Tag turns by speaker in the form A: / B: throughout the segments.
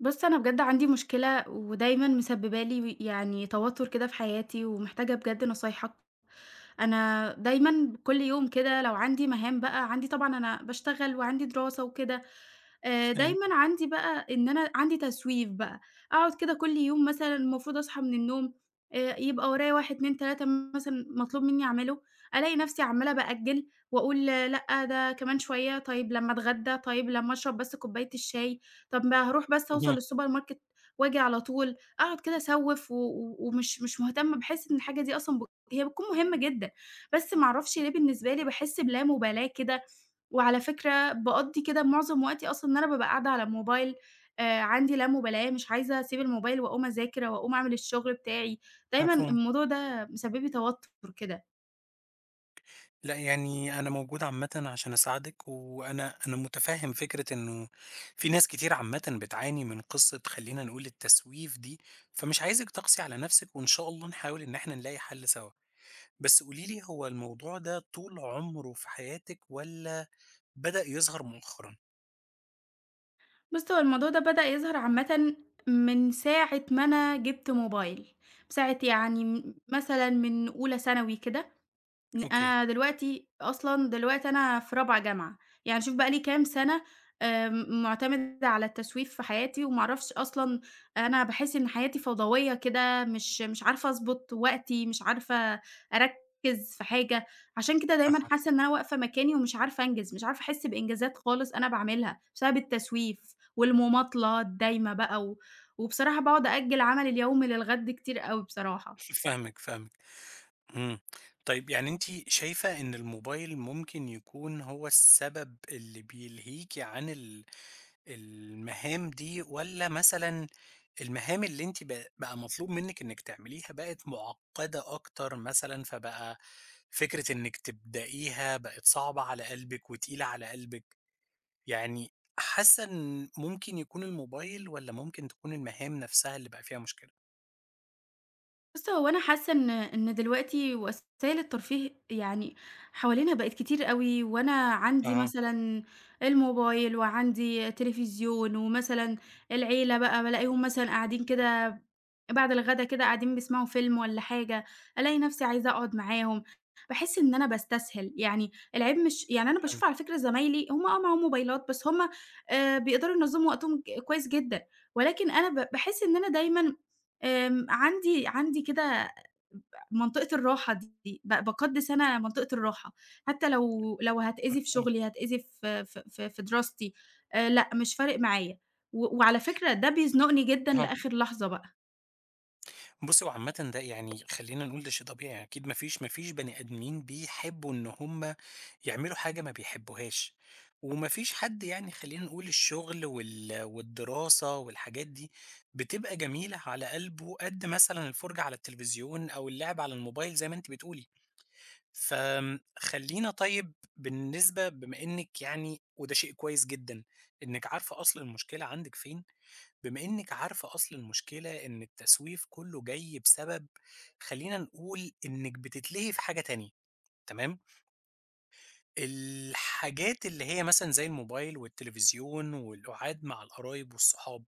A: بُص، أنا بجد عندي مشكلة ودايمًا مسببة لي يعني توتر كده في حياتي، ومحتاجة بجد نصايحك. أنا دايمًا كل يوم كده لو عندي مهام بقى عندي طبعًا أنا باشتغل وعندي دراسة وكده،
B: تمام.
A: دايمًا عندي بقى إن أنا عندي تسويف بقى، أقعد كده كل يوم مثلًا المفروض أصحى من النوم، يبقى ورايا 1، 2، 3 مثلًا مطلوب منّي أعمله، ألاقي نفسي عمّالة بأجّل وأقول آه، لأ ده كمان شوية، طيب لمّا أتغدى، طيب لمّا أشرب بس كوباية الشاي، طب ما هاروح بس أوصل
B: اهم.
A: للسوبر ماركت وآجي على طول، أقعد كده أسوّف و و ومش مش مهتمة، باحس إن الحاجة دي أصلًا هي بتكون مهمة جدًا. بس ما أعرفش ليه بالنسبة لي باحس بلا مبالاة كده، وعلى فكرة باقضّي كده معظم وقتي أصلًا إن أنا بابقى قاعدة على الموبايل، عندي لا مبالاة، مش عايزة أسيب الموبايل وأقوم أذاكر وأقوم أعمل الشغل بتاعي، دايمًا
B: مفهوم.
A: الموضوع ده مسبب لي توتر كده.
B: لأ، يعني أنا موجود عامةً عشان أساعدِك، وأنا مُتفهِّم فكرة إنه في ناس كتير عامةً بتعاني من قصة خلّينا نقول التسويف دي، فمش عايزِك تقسي على نَفْسِك، وإن شاء الله نحاول إن إحنا نلاقي حل سوا. بس قولي لي هو الموضوع ده طول عمره في حياتِك والّا بدأ يظهر مؤخرًا؟
A: بُص، هو الموضوع ده بدأ يظهر عامةً من ساعة ما أنا جِبت موبايل، من ساعة يعني مثلًا من أولى ثانوي كده.
B: أوكي.
A: أنا دلوقتي أصلًا دلوقتي أنا في رابعة جامعة، يعني شوف بقى لي كام سَنة، مُعتمدة على التسويف في حياتي، وما أعرفش أصلًا، أنا باحس إن حياتي فوضوية كده، مش عارفة أضبط وقتي، مش عارفة أركّز في حاجة، عشان كده دايمًا
B: أها.
A: حاسة إن أنا واقفة مكاني ومش عارفة أنجز، مش عارفة أحس بإنجازات خالص أنا باعملها، بسبب التسويف والمماطلة الدايمة بقى، و وبصراحة باقعد أأجّل عملي اليومي للغد كتير أوي بصراحة.
B: فاهمِك، فاهمِك. إمم. طيب يعني أنتِ شايفة إن الموبايل ممكن يكون هو السبب اللي بيلهيكِ عن المهام دي والّا مثلًا المهام اللي أنتِ بقى مطلوب منِّك إنِّك تعمليها بقت مُعقّدة أكتر مثلًا، فبقى فكرة إنِّك تبدأيها بقت صعبة على قلبِك وتقيلة على قلبِك، يعني حاسة إن ممكن يكون الموبايل والّا ممكن تكون المهام نفسها اللي بقى فيها مشكلة؟
A: بُص، هو أنا حاسة إن دلوقتي وسائل الترفيه يعني حوالينا بقت كتير أوي، وأنا عندي
B: أها،
A: مثلًا الموبايل وعندي تليفزيون، ومثلًا العيلة بقى بالاقيهم مثلًا قاعدين كده بعد الغدا كده قاعدين بيسمعوا فيلم والّا حاجة، ألاقي نفسي عايزة أقعد معاهم، باحس إن أنا باستسهل، يعني العيب مش يعني أنا باشوف
B: فهمتِك،
A: على فكرة زمايلي هم معاهم موبايلات، بس هم بيقدروا ينظموا وقتهم كويس جدًا، ولكن أنا باحس إن أنا دايمًا عندي كده منطقة الراحة دي، باقدّس أنا منطقة الراحة، حتى لو هاتأذي في
B: مفهوم،
A: شغلي، هاتأذي في دراستي، لأ، مش فارق معايا، و وعلى فكرة ده بيزنقني جدًا
B: أها.
A: لآخر لحظة بقى.
B: بُصّي هو عامةً ده يعني خلّينا نقول ده شيء طبيعي، يعني أكيد ما فيش بني آدمين بيحبّوا إن هُم يعملوا حاجة ما بيحبوهاش، وما فيش حد يعني خلّينا نقول الشغل والدراسة والحاجات دي بتبقى جميلة على قلبه قد مثلًا الفرجة على التلفزيون أو اللعب على الموبايل زي ما أنتِ بتقولي، خلّينا طيب بالنسبة بما إنِّك يعني وده شيء كويس جدًا، إنِّك عارفة أصل المشكلة عندِك فين، بما إنِّك عارفة أصل المشكلة إن التسويف كلّه جاي بسبب خلّينا نقول إنِّك بتتلهي في حاجة تانية، تمام؟ الحاجات اللي هي مثلًا زي الموبايل والتلفزيون والقعاد مع القرايب والصحاب،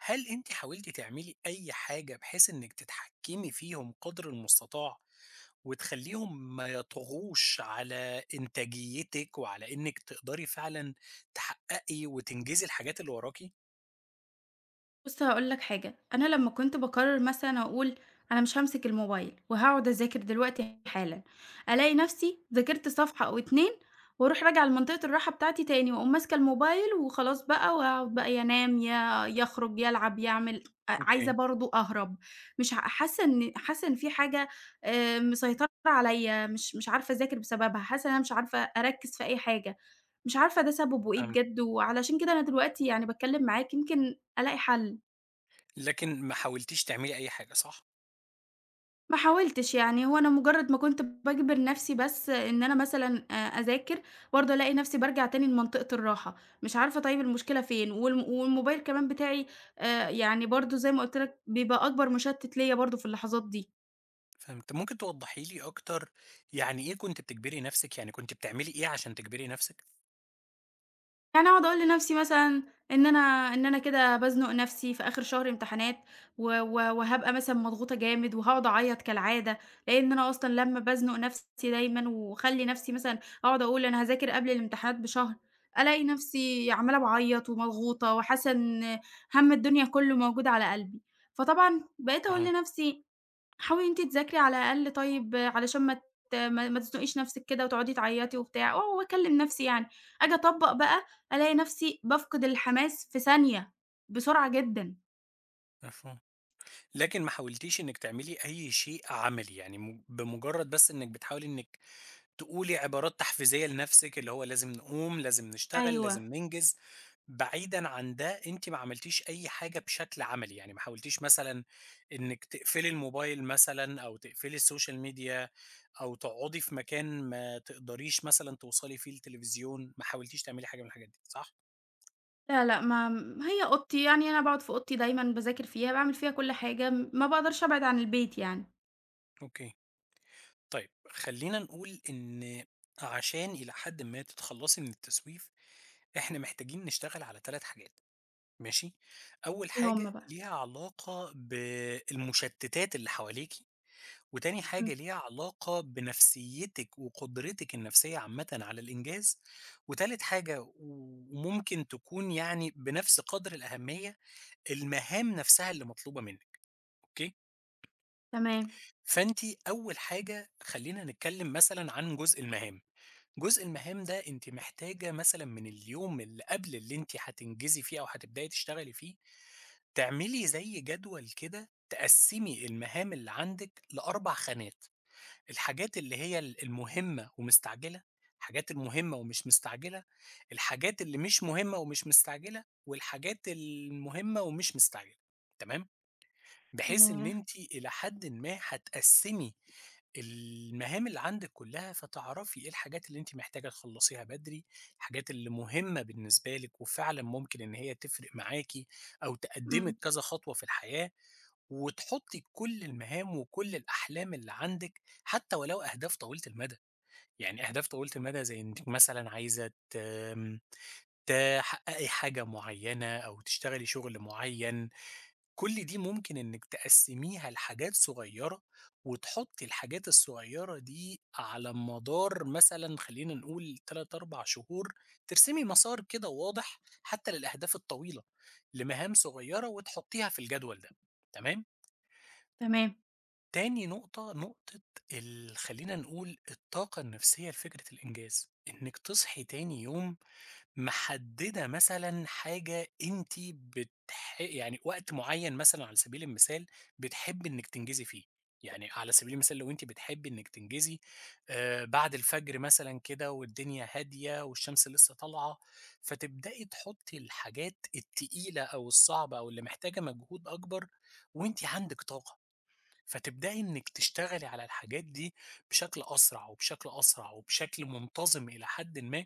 B: هل أنتِ حاولتِ تعملي أي حاجة بحيث إنِّك تتحكمي فيهم قدر المستطاع وتخلّيهم ما يطغوش على إنتاجيتِك وعلى إنِّك تقدري فعلًا تحققي وتنجزي الحاجات اللي وراكِ؟
A: بُص، هاقول لك حاجة، أنا لمّا كنت باقرر مثلًا أقول أنا مش هامسك الموبايل وهاقعد أذاكر دلوقتي حالًا، ألاقي نفسي ذاكرت صفحة أو 2 وأروح راجعة لمنطقة الراحة بتاعتي تاني وأقوم ماسكة الموبايل وخلاص بقى، وأقعد بقى ينام، يا يخرج، يلعب، يعمل، عايزة
B: أوكي،
A: برضه أهرب، مش ع حاسة إن في حاجة مسيطرة عليّا، مش عارفة أذاكر بسببها، حاسة إن أنا مش عارفة أركّز في أي حاجة، مش عارفة ده سببه إيه
B: فهمت.
A: بجد، وعلشان كده أنا دلوقتي يعني باتكلم معاك يمكن ألاقي حل.
B: لكن ما حاولتيش تعملي أي حاجة، صح؟
A: ما حاولتش يعني، هو أنا مجرد ما كنت باجبر نفسي بس إن أنا مثلًا أذاكر، برضه ألاقي نفسي بارجع تاني لمنطقة الراحة، مش عارفة طيب المشكلة فين، والموبايل كمان بتاعي يعني برضه زي ما قُلت لك بيبقى أكبر مشتت ليّا برضه في اللحظات دي.
B: فهمت. ممكن توضحي لي أكتر يعني إيه كنتِ بتجبري نفسِك، يعني كنتِ بتعملي إيه عشان تجبري نفسِك؟
A: يعني أقعد أقول لنفسي مثلًا إن أنا كده بازنُق نفسي في آخر شهر امتحانات، و و وهابقى مثلًا مضغوطة جامد وهاقعد أعيّط كالعادة، لإن أنا أصلًا لمّا بازنُق نفسي دايمًا واخلّي نفسي مثلًا أقعد أقول أنا هاذاكر قبل الامتحانات بشهر، ألاقي نفسي عمّالة باعيّط ومضغوطة وحاسة إن هَم الدنيا كُلّه موجود على قلبي، فطبعًا بقيت أقول
B: أها،
A: لنفسي حاولي إن أنتِ تذاكري على الأقل، طيب علشان ما ت ما ما تزنقيش نفسِك كده وتقعدي تعيّطي وبتاع، و واكلم نفسي يعني، آجي أطبّق بقى، ألاقي نفسي بافقد الحماس في ثانية، بسرعة جدًا.
B: مفهوم. لكن ما حاولتيش إنِّك تعملي أي شيء عملي، يعني بمجرد بس إنِّك بتحاولي إنِّك تقولي عبارات تحفيزية لنفسِك، اللي هو لازم نقوم، لازم نشتغل، لازم
A: أيوه.
B: ننجز، بعيدًا عن ده أنتِ ما عملتيش أي حاجة بشكل عملي، يعني ما حاولتيش مثلًا إنِّك تقفلي الموبايل مثلًا أو تقفلي السوشيال ميديا أو تقعدي في مكان ما تقدريش مثلًا توصلي فيه للتلفزيون، ما حاولتيش تعملي حاجة من الحاجات دي، صح؟
A: لا، لأ، ما هي أوضتي، يعني أنا باقعد في أوضتي دايمًا باذاكر فيها، باعمل فيها كل حاجة، ما باقدرش أبعد عن البيت يعني.
B: أوكي. طيب خلّينا نقول إن عشان إلى حدٍ ما تتخلّصي من التسويف، إحنا محتاجين نشتغل على 3 حاجات ماشي، أول
A: إيه هم
B: حاجة
A: بقى.
B: ليها علاقة بالمشتتات اللي حواليكِ، وتاني
A: إمم،
B: حاجة ليها علاقة بنفسيتِك وقدرتِك النفسية عامةً على الإنجاز، وتالت حاجة وممكن تكون يعني بنفس قدر الأهمية، المهام نفسها اللي مطلوبة منِّك، أوكي،
A: تمام.
B: فأنتِ أول حاجة خلّينا نتكلم مثلًا عن جزء المهام. جزء المهام ده أنتِ محتاجة مثلًا من اليوم اللي قبل اللي أنتِ هتنجزي فيه أو هتبدئي تشتغلي فيه، تعملي زي جدول كده تقسّمي المهام اللي عندِك ل4 خانات، الحاجات اللي هي المهمة ومستعجلة، الحاجات المهمة ومش مستعجلة، الحاجات اللي مش مهمة ومش مستعجلة، والحاجات المهمة ومش مستعجلة، تمام؟ بحيث إن
A: ياه!
B: أنتِ إلى حدٍ ما هتقسّمي المهام اللي عندِك كلّها، فتعرفي إيه الحاجات اللي أنتِ محتاجة تخلّصيها بدري، الحاجات اللي مهمة بالنسبة لِك وفعلًا ممكن إن هي تفرق معاكِ أو
A: إمم،
B: تقدّمِك كذا خطوة في الحياة، وتحطّي كل المهام وكل الأحلام اللي عندِك حتى ولو أهداف طويلة المدى، يعني أهداف طويلة المدى زي إنِّك مثلًا عايزة ت آمم، تحقّقي حاجة معيّنة أو تشتغلي شغل معيّن، كل دي ممكن إنِّك تقسّميها لحاجات صغيّرة، وتحطّي الحاجات الصغيّرة دي على مدار مثلًا خلّينا نقول 3، 4 شهور، ترسمي مسار كده واضح حتى للأهداف الطويلة، لمهام صغيّرة وتحطّيها في الجدول ده، تمام؟
A: تمام،
B: تاني نقطة، نقطة خلّينا نقول الطاقة النفسية لفكرة الإنجاز، إنِّك تصحي تاني يوم محددة مثلًا حاجة أنتِ يعني وقت معيّن مثلًا على سبيل المثال بتحبّي إنِّك تنجزي فيه، يعني على سبيل المثال لو أنتِ بتحبّي إنِّك تنجزي بعد الفجر مثلًا كده والدنيا هادية والشمس لسه طالعة، فتبدئي تحطّي الحاجات التقيلة أو الصعبة أو اللي محتاجة مجهود أكبر وأنتِ عندِك طاقة، فتبدئي إنِّك تشتغلي على الحاجات دي بشكل أسرع وبشكل أسرع وبشكل منتظم إلى حدٍ ما.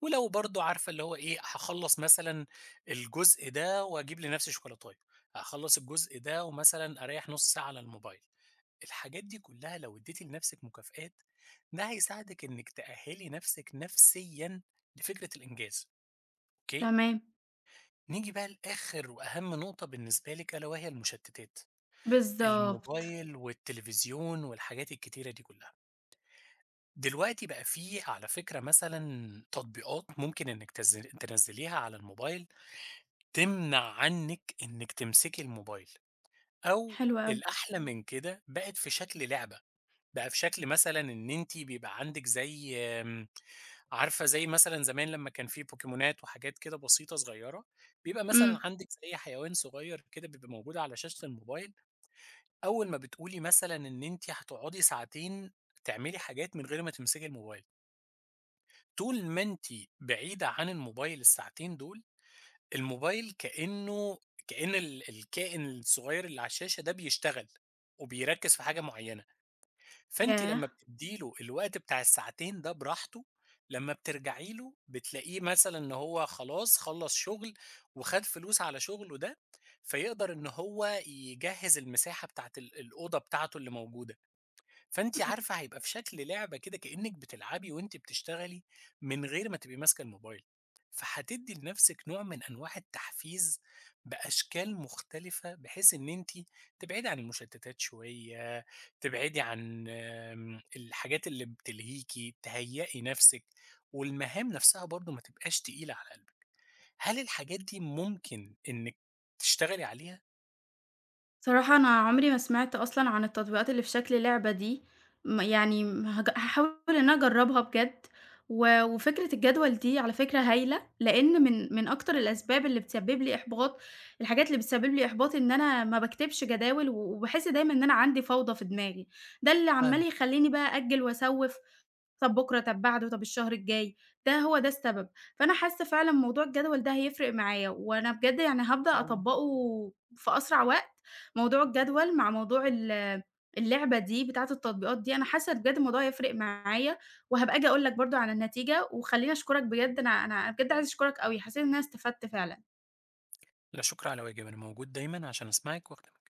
B: ولو برضه عارفة اللي هو إيه، هاخلّص مثلًا الجزء ده وأجيب لنفسي شوكولاتاية، هاخلّص الجزء ده ومثلًا أريّح نُص ساعة على الموبايل، الحاجات دي كلّها لو ادّيتِ لنفسِك مكافآت، ده هيساعدِك إنِّك تأهّلي نفسِك نفسيًا لفكرة الإنجاز، أوكي؟
A: تمام،
B: نيجي بقى لآخر وأهم نقطة بالنسبة لِك ألا وهي المشتتات،
A: بالضبط.
B: الموبايل والتلفزيون والحاجات الكتيرة دي كلّها. دلوقتي بقى في على فكرة مثلًا تطبيقات ممكن إنِّك تنزّليها على الموبايل تمنع عنِّك إنِّك تمسكي الموبايل، أو
A: حلو أوي.
B: الأحلى من كده بقت في شكل لعبة، بقى في شكل مثلًا إن أنتِ بيبقى عندِك زي آمم، عارفة زي مثلًا زمان لمّا كان في بوكيمونات وحاجات كده بسيطة صغيرة، بيبقى مثلًا
A: إمم،
B: عندِك زي حيوان صغير كده بيبقى موجود على شاشة الموبايل، أول ما بتقولي مثلًا إن أنتِ هتقعدي ساعتين تعملي حاجات من غير ما تمسكي الموبايل، طول ما أنتِ بعيدة عن الموبايل الساعتين دول الموبايل كأن الكائن الصغير اللي على الشاشة ده بيشتغل، وبيركّز في حاجة معيّنة، فأنتِ لمّا
A: ياه!
B: بتدّي له الوقت بتاع الساعتين ده براحته، لمّا بترجعي له بتلاقيه مثلًا إن هو خلاص خلّص شغل، وخَد فلوس على شغله ده، فيقدر إن هو يجهّز المساحة بتاعة الأوضة بتاعته اللي موجودة. فأنتِ
A: إمم.
B: عارفة هيبقى في شكل لعبة كده كإنِّك بتلعبي وأنتِ بتشتغلي، من غير ما تبقي ماسكة الموبايل، فهتدّي لنفسِك نوع من أنواع التحفيز بأشكال مختلفة، بحيث إن أنتِ تبعدي عن المشتتات شوية، تبعدي عن الحاجات اللي بتلهيكِ، تهيّئي نفسِك، والمهام نفسها برضه ما تبقاش تقيلة على قلبِك. هل الحاجات دي ممكن إنِّك تشتغلي عليها؟
A: صراحة أنا عمري ما سمعت أصلًا عن التطبيقات اللي في شكل لعبة دي، يعني هاحاول إن أنا أجرّبها بجد، و وفكرة الجدول دي على فكرة هايلة، لإن من أكتر الأسباب اللي بتسبب لي إحباط، الحاجات اللي بتسبب لي إحباط إن أنا ما باكتبش جداول، و وباحس دايمًا إن أنا عندي فوضى في دماغي، ده اللي
B: فاهم
A: عمّال
B: إن
A: يخلّيني بقى أأجّل وأسوّف، طب بُكرة، طب بعده، طب الشهر الجاي، ده هو ده السبب، فأنا حاسة فعلًا موضوع الجدول ده هيفرق معايا، وأنا بجد يعني هابدأ
B: شاء الله.
A: أطبّقه في أسرع وقت. موضوع الجدول مع موضوع اللعبة دي بتاعة التطبيقات دي، أنا حاسة بجد الموضوع هيفرق معايا، وهابقى آجي أقول لك برضه عن النتيجة، وخلّيني أشكرك بجد، أنا بجد عايزة أشكرك أوي، حسيت إن أنا استفدت فعلًا.
B: لا شكر على واجب، أنا موجود دايمًا عشان أسمعِك وأخدمِك.